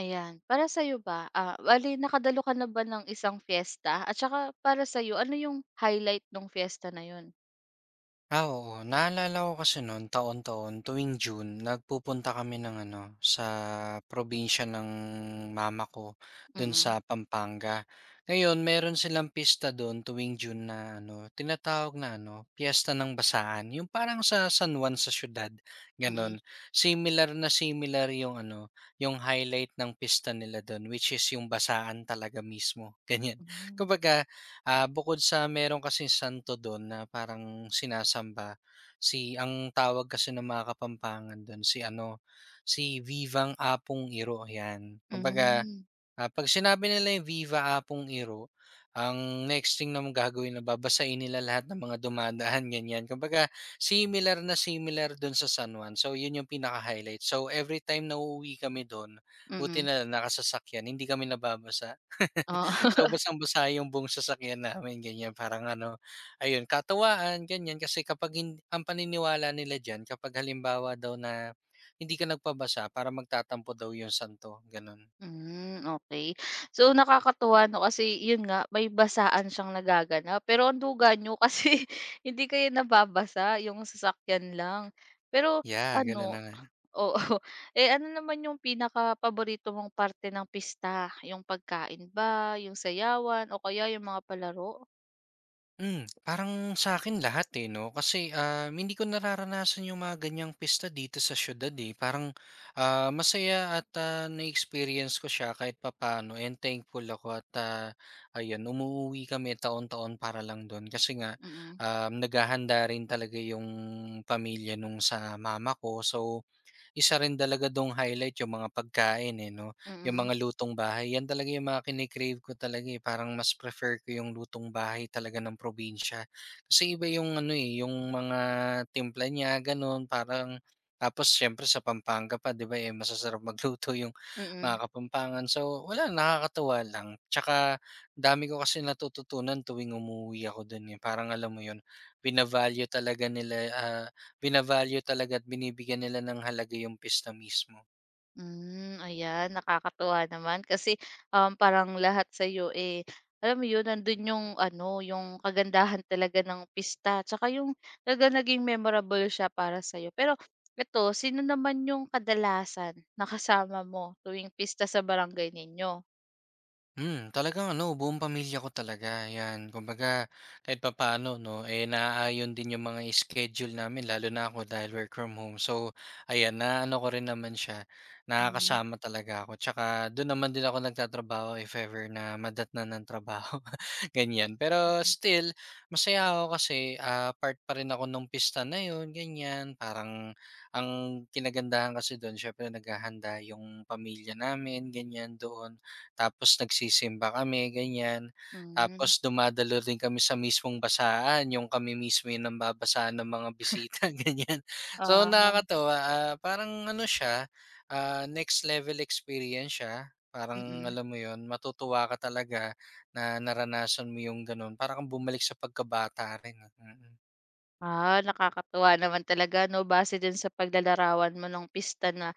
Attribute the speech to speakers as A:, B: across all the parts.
A: Ayan. Para sa'yo ba, bale nakadalo ka na ba ng isang fiesta? At saka para sa'yo, ano yung highlight ng fiesta na yon?
B: Ah, oo. Naalala ko kasi noon, taon-taon tuwing June nagpupunta kami ng ano, sa probinsya ng mama ko, dun
A: Mm,
B: sa Pampanga. Ngayon meron silang pista do'n tuwing June na ano, tinatawag na ano, Piyesta ng Basaan, 'yung parang sa San Juan sa siyudad,
A: mm.
B: gano'n. Similar na similar 'yung ano, 'yung highlight ng pista nila do'n which is 'yung basaan talaga mismo, ganiyan.
A: Hmm.
B: Kumbaga bukod sa meron kasing santo dun na parang sinasamba, si ang tawag kasi ng mga Kapampangan dun si ano, si Vivang Apong Iro, yan. Kumbaga
A: Hmm.
B: 'Pag sinabi nila yung Viva Apong Iro, ang next thing na mong gagawin na babasahin nila lahat ng mga dumadaan ganyan. Kumbaga similar na similar dun sa San Juan. So yun yung pinaka-highlight. So every time na uuwi kami dun,
A: Mm,
B: buti
A: mm,
B: nalang nakasasakyan hindi kami nababasa.
A: oo.
B: So basang-basa yung buong sasakyan namin ganyan. Parang ano, ayun katawaan ganyan kasi kapag hin ang paniniwala nila diyan kapag halimbawa daw na hindi ka nagpabasa para magtatampo daw yung santo, ganun.
A: Hmm, okay, so nakakatuwa 'no, kasi yun nga may basaan siyang nagaganap. Pero ang duga nyo kasi, hindi kayo nababasa, yung sasakyan lang. Pero
B: Yeah, gano'n
A: ano,
B: na nga.
A: oo. Eh, ano naman yung pinaka paborito mong parte ng pista? Yung pagkain ba, yung sayawan o kaya yung mga palaro?
B: Hmm, parang sa akin lahat, eh, 'no, kasi, hindi ko nararanasan yung mga ganiyang pista dito sa siyudad, eh. Parang, masaya at, na-experience ko siya kahit papano and thankful ako at, ah, ayun umuwi kami taon-taon para lang dun kasi nga,
A: Mm,
B: naghahanda rin talaga yung pamilya nung sa mama ko. So, isa rin talaga dong highlight yung mga pagkain, eh, 'no, yung
A: mm,
B: mga lutong bahay. Yan talaga yung mga kini-crave ko talaga, eh, parang mas prefer ko yung lutong bahay talaga ng probinsya. Kasi iba yung ano, eh, yung mga timpla niya gano'n, parang tapos siyempre sa Pampanga pa 'di ba, eh, masasarap magluto yung mga
A: mm.
B: Kapampangan. So, wala nakakatuwa lang. Tsaka dami ko kasi natututunan tuwing umuuwi ako do'n, eh, parang alam mo 'yun, bina talaga nila, bina-value talaga at binibigyan nila ng halaga yung pista mismo.
A: Hmm, ayan, nakakatuwa naman kasi, parang lahat sa'yo, eh, alam mo yun, nandun yung ano, yung kagandahan talaga ng pista tsaka yung talaga naging memorable siya para sa sa'yo. Pero eto, sino naman yung kadalasan na kasama mo tuwing pista sa barangay ninyo?
B: Hmm, talagang ano, buong pamilya ko talaga, 'yan. Kumbaga, kahit papaano 'no, eh, naaayon din yung mga schedule namin lalo na ako dahil work from home. So, ayan, naano ko rin naman siya,
A: Hmm.
B: nakakasama talaga ako. Tsaka do'n naman din ako nagtatrabaho if ever na madatnan ng trabaho, ganyan. Pero still, masaya ako kasi, part pa rin ako nung pista na yun ganyan. Parang ang kinagandahan kasi do'n syempre naghahanda yung pamilya namin, ganyan, doon tapos nagsisimba kami ganyan.
A: Hmm,
B: Tapos dumadalo rin kami sa mismong basahan, yung kami mismo yung nambabasahan ng mga bisita ganyan. So
A: ah,
B: nakakatuwa, parang ano siya, next level experience siya. Parang
A: mm.
B: alam mo yon matutuwa ka talaga na naranasan mo yung ganun. Parang kang bumalik sa pagkabata rin, eh. Mm, mm.
A: Ah, nakakatuwa naman talaga 'no, base dun sa paglalarawan mo ng pista na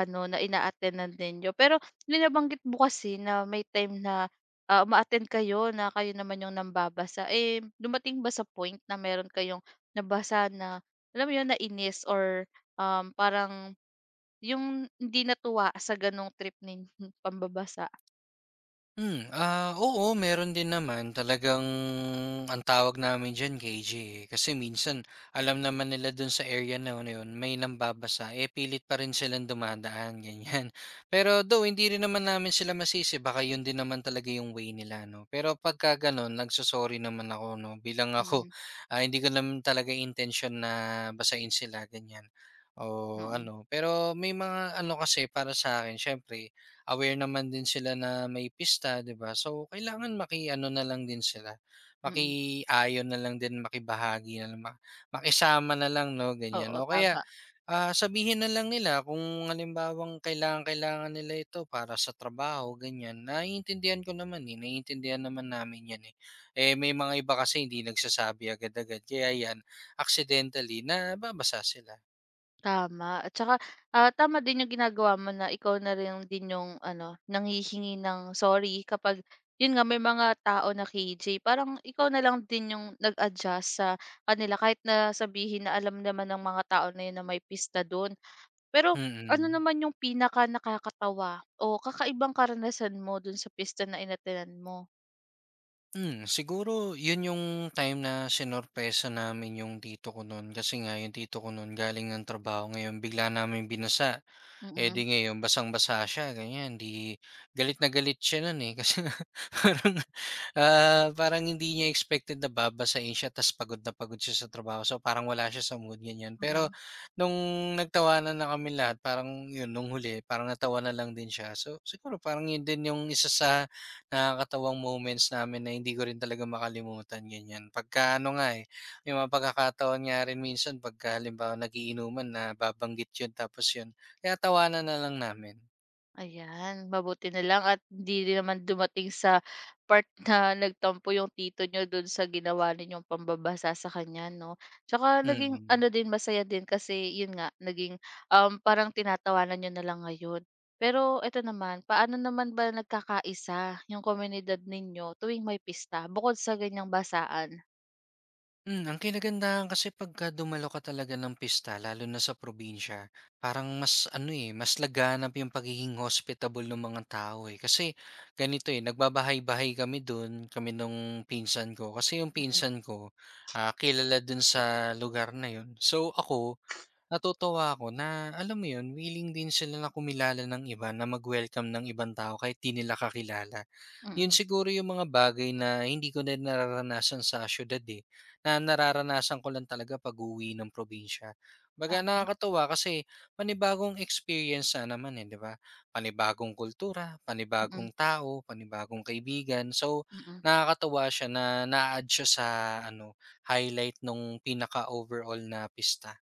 A: ano, na ina-attend-nan ninyo. Pero may nabanggit mo kasi na may time na, uma kayo, na kayo naman yung nambabasa. Eh, dumating ba sa point na meron kayong nabasa na, alam mo yun, na inis or, parang yung hindi natuwa sa ganong trip ninyong pambabasa?
B: Hmm, oo meron din naman talagang ang tawag namin diyan KJ, eh. Kasi minsan alam naman nila dun sa area na na yun may nambabasa, eh, pilit pa rin silang dumadaan ganyan. Pero though hindi rin naman namin sila masisi baka yun din naman talaga yung way nila 'no. Pero pagka gano'n nagso naman ako 'no bilang ako,
A: Mm,
B: hindi ko naman talaga intensyon na basain sila ganyan o
A: oo.
B: ano. Pero may mga ano kasi para sa akin siyempre aware naman din sila na may pista, 'di ba? So, kailangan maki-ano na lang din sila,
A: Mm.
B: maki-ayon na lang din, makibahagi na lang, makisama na lang, no? Ganyan.
A: Oo,
B: O kaya,
A: tama.
B: sabihin na lang nila kung halimbawang kailangan-kailangan nila ito para sa trabaho, ganyan. Naiintindihan ko naman, eh. Naiintindihan naman namin yan, eh. Eh, may mga iba kasi hindi nagsasabi agad-agad. Kaya yan, accidentally, nababasa sila.
A: Tama, at saka, tama din yung ginagawa mo, na ikaw na rin din yung ano, nanghihingi ng sorry kapag yun nga may mga tao na KJ, parang ikaw na lang din yung nag-adjust sa kanila, kahit na sabihin na alam naman ng mga tao na yun na may pista dun. Pero ano
B: Mm-mm.
A: naman yung pinaka nakakatawa o kakaibang karanasan mo dun sa pista na inattenan mo?
B: Hmm, siguro 'yun yung time na sinorpresa namin yung tito ko nun kasi nga yung tito ko nun galing ng trabaho ngayon bigla namin binasa. Eh,
A: Mm,
B: di ngayon basang-basa siya ganyan, di galit na galit siya nun, eh, kasi parang, parang hindi niya expected na babasahin siya ta's pagod na pagod siya sa trabaho. So, parang wala siya sa mood, ganyan. Pero
A: mm.
B: nung nagtawanan na kaming lahat parang yun nung huli parang natawanan lang din siya. So, siguro parang yun din yung isa sa nakakatawang moments namin na hindi ko rin talaga makalimutan, ganyan. Pagka ano nga, eh, may mga pagkakataon nga rin minsan pagka halimbawa nag-iinuman nababanggit yun tapos yun, tinatawanan na lang namin.
A: Ayan, mabuti na lang at hindi din naman dumating sa part na nagtampo yung tito niyo do'n sa ginawa ninyong pambabasa sa kanya 'no. Tsaka naging
B: Mm.
A: ano din, masaya din kasi 'yun nga naging, parang tinatawanan niyo na lang ngayon. Pero eto naman, paano naman ba nagkakaisa yung komunidad ninyo tuwing may pista bukod sa ganiyang basaan?
B: Hmm, ang kinagandahan kasi pagka dumalo ka talaga ng pista lalo na sa probinsya, parang mas ano, eh, mas laganap yung pagiging hospitable ng mga tao, eh. Kasi ganito, eh, nagbabahay-bahay kami dun, kami nung pinsan ko. Kasi yung pinsan ko, kilala dun sa lugar na yun. So ako Natutuwa ako na, alam mo 'yun, willing din sila na kumilala ng iba, na mag-welcome ng ibang tao kahit 'di nila kakilala. 'Yun
A: Mm,
B: siguro yung mga bagay na hindi ko na nararanasan sa siyudad, eh, na nararanasan ko lang talaga pag-uwi ng probinsya. 'Baga
A: ah,
B: nakakatuwa kasi panibagong experience na naman, eh, 'di ba? Panibagong kultura, panibagong
A: mm,
B: tao, panibagong kaibigan. So,
A: mm.
B: nakakatuwa siya na na add siya sa ano, highlight nung pinaka-overall na pista.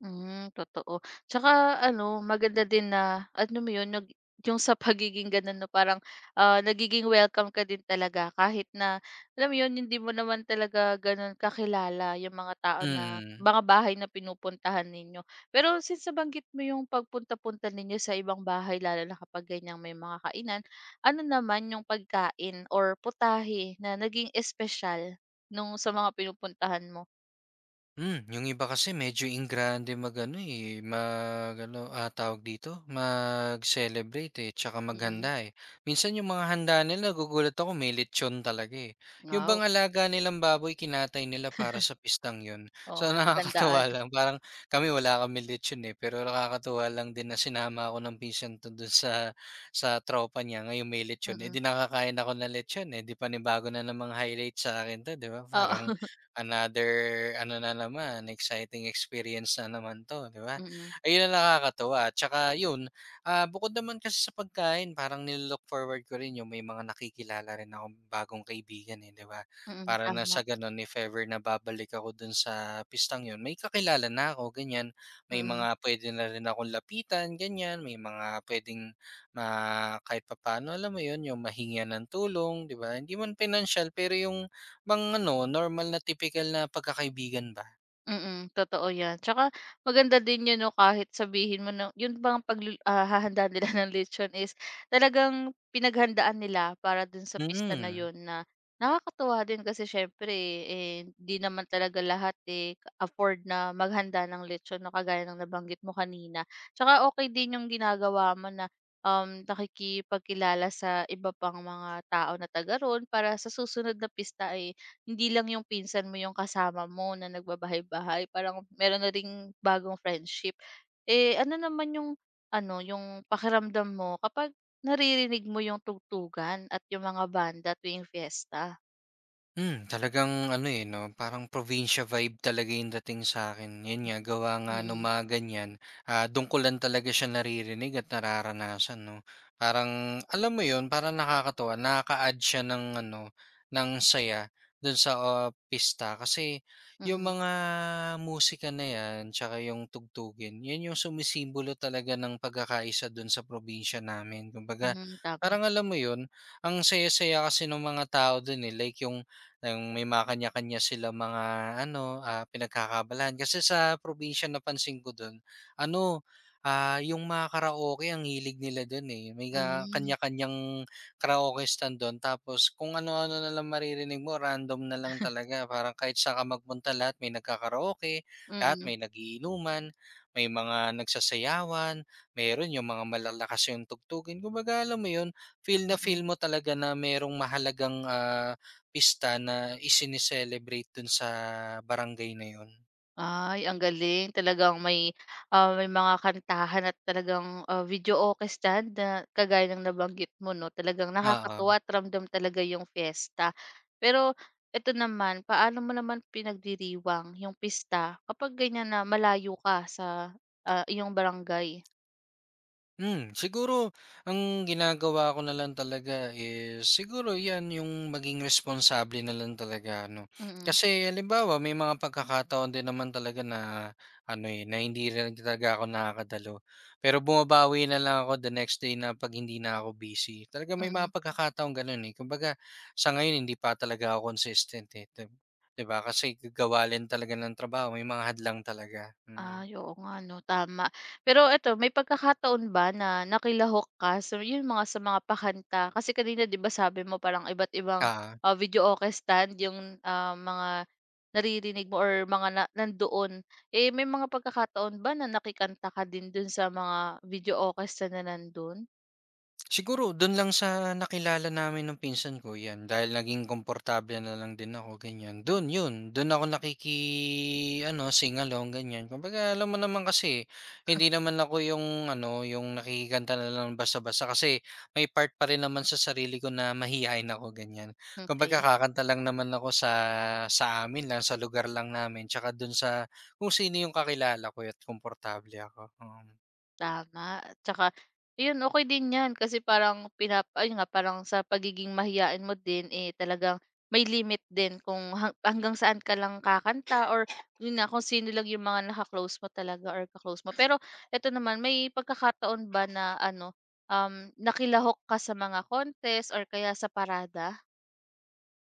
A: Hmm, totoo. Tsaka ano, maganda din na alam mo 'yun, yung sa pagiging gano'n 'no, parang, nagiging welcome ka din talaga kahit na alam mo 'yun, hindi mo naman talaga gano'n kakilala yung mga tao na
B: Mm.
A: mga bahay na pinupuntahan ninyo. Pero since nabanggit mo yung pagpunta-punta ninyo sa ibang bahay, lalo na kapag ganiyang may mga kainan, ano naman yung pagkain or putahe na naging espesyal nung sa mga pinupuntahan mo?
B: Hmm, yung iba kasi medyo ingrande mag-ano, eh, mag-ano, tawag dito, mag-celebrate, eh, tsaka
A: Mm.
B: maghanda, eh. Minsan yung mga handa nila nagugulat ako may lechon talaga, eh. Yung
A: Wow,
B: bang alaga nilang baboy kinatay nila para sa pistang yun.
A: oh,
B: So,
A: pinaghandaan.
B: nakakatuwa lang parang kami wala kaming lechon, eh, pero nakakatuwa lang din na sinama ako ng pinsan ko dun sa tropa niya ngayon may lechon, eh,
A: Mm,
B: di nakakain ako ng lechon, eh, di panibago na namang highlight sa'kin 'to, 'di ba?
A: oo,
B: Parang another ano na naman, exciting experience na naman 'to, 'di ba?
A: mm,
B: Ayun ang nakakatuwa. Tsaka yun, bukod naman kasi sa pagkain parang nilo forward ko rin yung may mga nakikilala rin akong bagong kaibigan, eh, 'di ba?
A: mm,
B: Para na
A: tama,
B: sa gano'n if ever na babalik ako dun sa pistang yun, may kakilala na ako, ganyan. May
A: mm.
B: mga puwede na rin akong lapitan, ganyan. May mga pwedeng kahit papano, alam mo yun, yung mahingian ng tulong, 'di ba? Hindi man pinansiyal pero yung pang ano, normal na tipikal na pagkakaibigan ba?
A: Mm, totoo 'yan. Tsaka maganda din 'yun 'no, kahit sabihin mo na 'yun bang hahanda nila ng lechon is talagang pinaghandaan nila para dun sa pista na
B: Mm.
A: 'yun, na nakakatuwa din kasi siyempre, eh, hindi naman talaga lahat, eh, afford na maghanda ng lechon 'no, kagaya ng nabanggit mo kanina. Tsaka okay din 'yung ginagawa mo na, nakikipagkilala sa iba pang mga tao na taga roon, para sa susunod na pista ay hindi lang yung pinsan mo yung kasama mo na nagbabahay-bahay, parang meron na ring bagong friendship. Eh, ano naman yung ano, yung pakiramdam mo kapag naririnig mo yung tugtugan at yung mga banda tuwing fiesta?
B: Hmm, talagang ano, eh, 'no, parang probinsya vibe talaga yung dating sa akin yun nga, gawa nga nung
A: Mm,
B: mga ganyan, dun ko lang talaga siya naririnig at nararanasan, 'no. Parang alam mo yun, parang nakakatuwa, nakaka-add siya ng ano, ng saya dun sa, pista. Kasi yung
A: mm,
B: mga musika na yan tsaka yung tugtugin, yun yung sumisimbolo talaga ng pagkakaisa dun sa probinsya namin. Kumbaga,
A: mm, tama.
B: parang alam mo yun, ang saya-saya kasi nung mga tao dun, eh, like yung may mga kanya-kanya silang mga ano, pinagkakaabalahan. Kasi sa probinsya napansin ko dun ano, yung mga karaoke ang hilig nila dun, eh. May
A: Hmm,
B: kanya-kanyang karaoke stand dun tapos kung ano-ano na lang maririnig mo random na lang talaga. Parang kahit saan ka magpunta lahat may nagkakaraoke, lahat
A: mm,
B: may nagiinuman, may mga nagsasayawan, meron yung mga malalakas yung tugtugin. Kumbaga alam mo yun, feel na
A: mm.
B: feel mo talaga na merong mahalagang, pista na isine-celebrate dun sa barangay na yun,
A: Ay, ang galing. Talagang may mga kantahan, at talagang, video orchestra na kagaya ng nabanggit mo 'no, talagang nakakatuwa
B: oo.
A: at ramdam talaga yung fiesta. Pero eto naman, paano mo naman pinagdiriwang yung pista kapag ganyan na malayo ka sa, iyong barangay?
B: Hmm, siguro ang ginagawa ko na lang talaga is siguro 'yan yung maging responsable na lang talaga ano.
A: Mm,
B: Kasi halimbawa may mga pagkakataon din naman talaga na ano eh, na hindi rin talaga ako nakakadalo. Pero bumabawi na lang ako the next day na pag hindi na ako busy. Talaga may mga
A: mm.
B: pagkakataon ganun eh. Kumbaga sa ngayon hindi pa talaga ako consistent eh. 'Di ba? Kasi gagawa rin talaga ng trabaho, may mga hadlang talaga. Mm.
A: Ay, oo nga 'no, tama. Pero eto, may pagkakataon ba na nakilahok ka sa mga pakanta? Kasi kanina 'di ba sabi mo parang iba't ibang,
B: Ah.
A: video okay stand yung, mga naririnig mo or mga na nandoon. Eh, may mga pagkakataon ba na nakikanta ka din dun sa mga video okay stand na nandun?
B: Siguro dun lang sa nakilala namin ng pinsan ko 'yan, dahil naging komportable na lang din ako ganyan, dun yun, dun ako nakiki-ano, sing-along ganyan. Kumbaga alam mo naman kasi, hindi naman ako yung ano, yung nakikikanta na lang basta-basta kasi may part pa rin naman sa sarili ko na mahiyain ako ganyan. Kumbaga
A: Okay.
B: kakanta lang naman ako sa amin lang, sa lugar lang namin, tsaka dun sa kung sino yung kakilala ko at komportable ako, oo.
A: Tama, at saka ayun, okey din 'yan kasi parang ayun nga, parang sa pagiging mahiyain mo din, eh, talagang may limit din kung hanggang saan ka lang kakanta or yun nga kung sino lang yung mga naka mo talaga or ka mo. Pero eto naman, may pagkakataon ba na ano, nakilahok ka sa mga contest or kaya sa parada?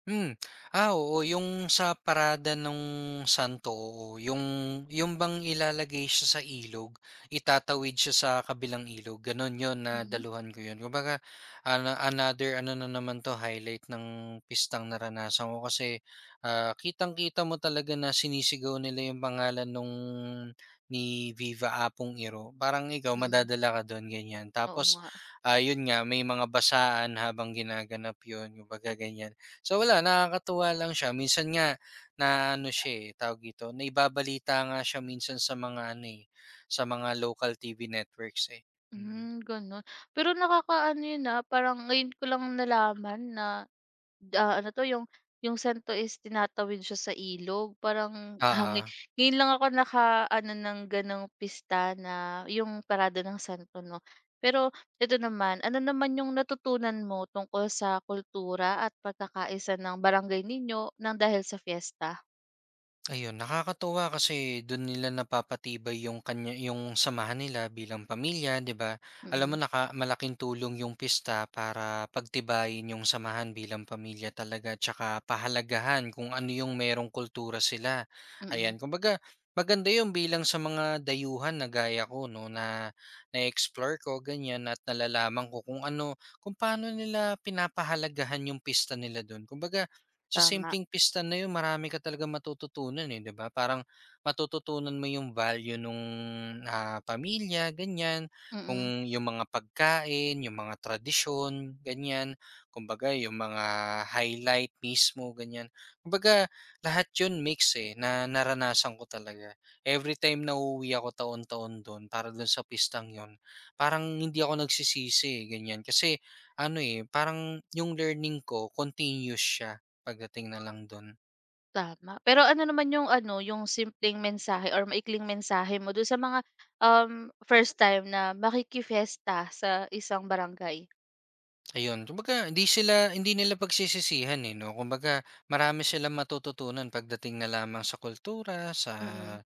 B: Hmm. Ah, oo yung sa parada nung santo, oo. Yung bang ilalagay siya sa ilog, itatawid siya sa kabilang ilog, gano'n yon na
A: Mm,
B: daluhan ko 'yun. Kumbaga ano another ano na naman 'to, highlight ng pistang naranasan ko kasi, kitang-kita mo talaga na sinisigaw nila yung pangalan nung ni Viva Apong Iro. Parang ikaw
A: mm.
B: madadala ka do'n, ganiyan.
A: Oo
B: Tapos,
A: nga.
B: ayun nga, may mga basaan habang ginaganap 'yun, kumbaga ganiyan. So wala, nakakatuwa lang siya. Minsan nga na ano siya, eh, tawag dito, naibabalita nga siya minsan sa mga ano, eh, sa mga local TV networks, eh. Mm,
A: Hmm, gano'n. Pero nakakaano yun, parang ngayon ko lang nalaman na, ah, ano 'to, yung sento is tinatawid siya sa ilog, parang
B: oo.
A: ngayon lang ako nakaano ng gano'ng pista na yung parada ng sento 'no. Pero ito naman, ano naman yung natutunan mo tungkol sa kultura at pagkakaisa ng barangay ninyo ng dahil sa fiesta?
B: Ayun, nakakatuwa kasi do'n nila napapatibay yung kanya yung samahan nila bilang pamilya, 'di ba? Alam mo
A: Mm,
B: naka malaking tulong yung pista para pagtibayin yung samahan bilang pamilya talaga tsaka pahalagahan kung ano yung merong kultura sila,
A: mm,
B: ayan. Kumbaga maganda yung bilang sa mga dayuhan na gaya ko 'no, na na-explore ko ganyan at nalalaman ko kung ano kung paano nila pinapahalagahan yung pista nila do'n. Kumbaga sa
A: tama,
B: simpleng pista na yun marami ka talaga matututunan, eh, 'di ba? Parang matututunan mo yung value nung, pamilya ganyan,
A: mm,
B: kung yung mga pagkain, yung mga tradisyon, ganyan. Kumbaga yung mga highlight mismo, ganyan. Kumbaga lahat yun mix, eh, na naranasan ko talaga. Every time na uuwi ako taon-taon dun para dun sa pistang yun, parang hindi ako nagsisisi, eh, ganyan. Kasi ano, eh, parang yung learning ko continuous siya. Pagdating na lang dun,
A: tama. Pero ano naman yung ano, yung simpleng mensahe or maikling mensahe mo dun sa mga, first time na makiki-fiesta sa isang barangay?
B: ayun kumbaga hindi sila hindi nila pagsisisihan, eh, 'no, kumbaga marami silang matututunan pagdating na lamang sa kultura,
A: Mm.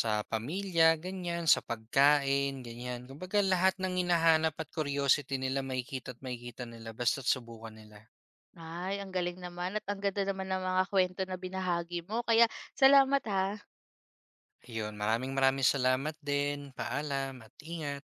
B: sa pamilya, ganyan, sa pagkain, ganyan. Kumbaga lahat ng hinahanap at curiosity nila makikita at makikita nila basta't subukan nila.
A: Ay, ang galing naman, at ang ganda naman ng mga kwento na binahagi mo. Kaya salamat ha.
B: Ayun, maraming maraming salamat din, paalam at ingat.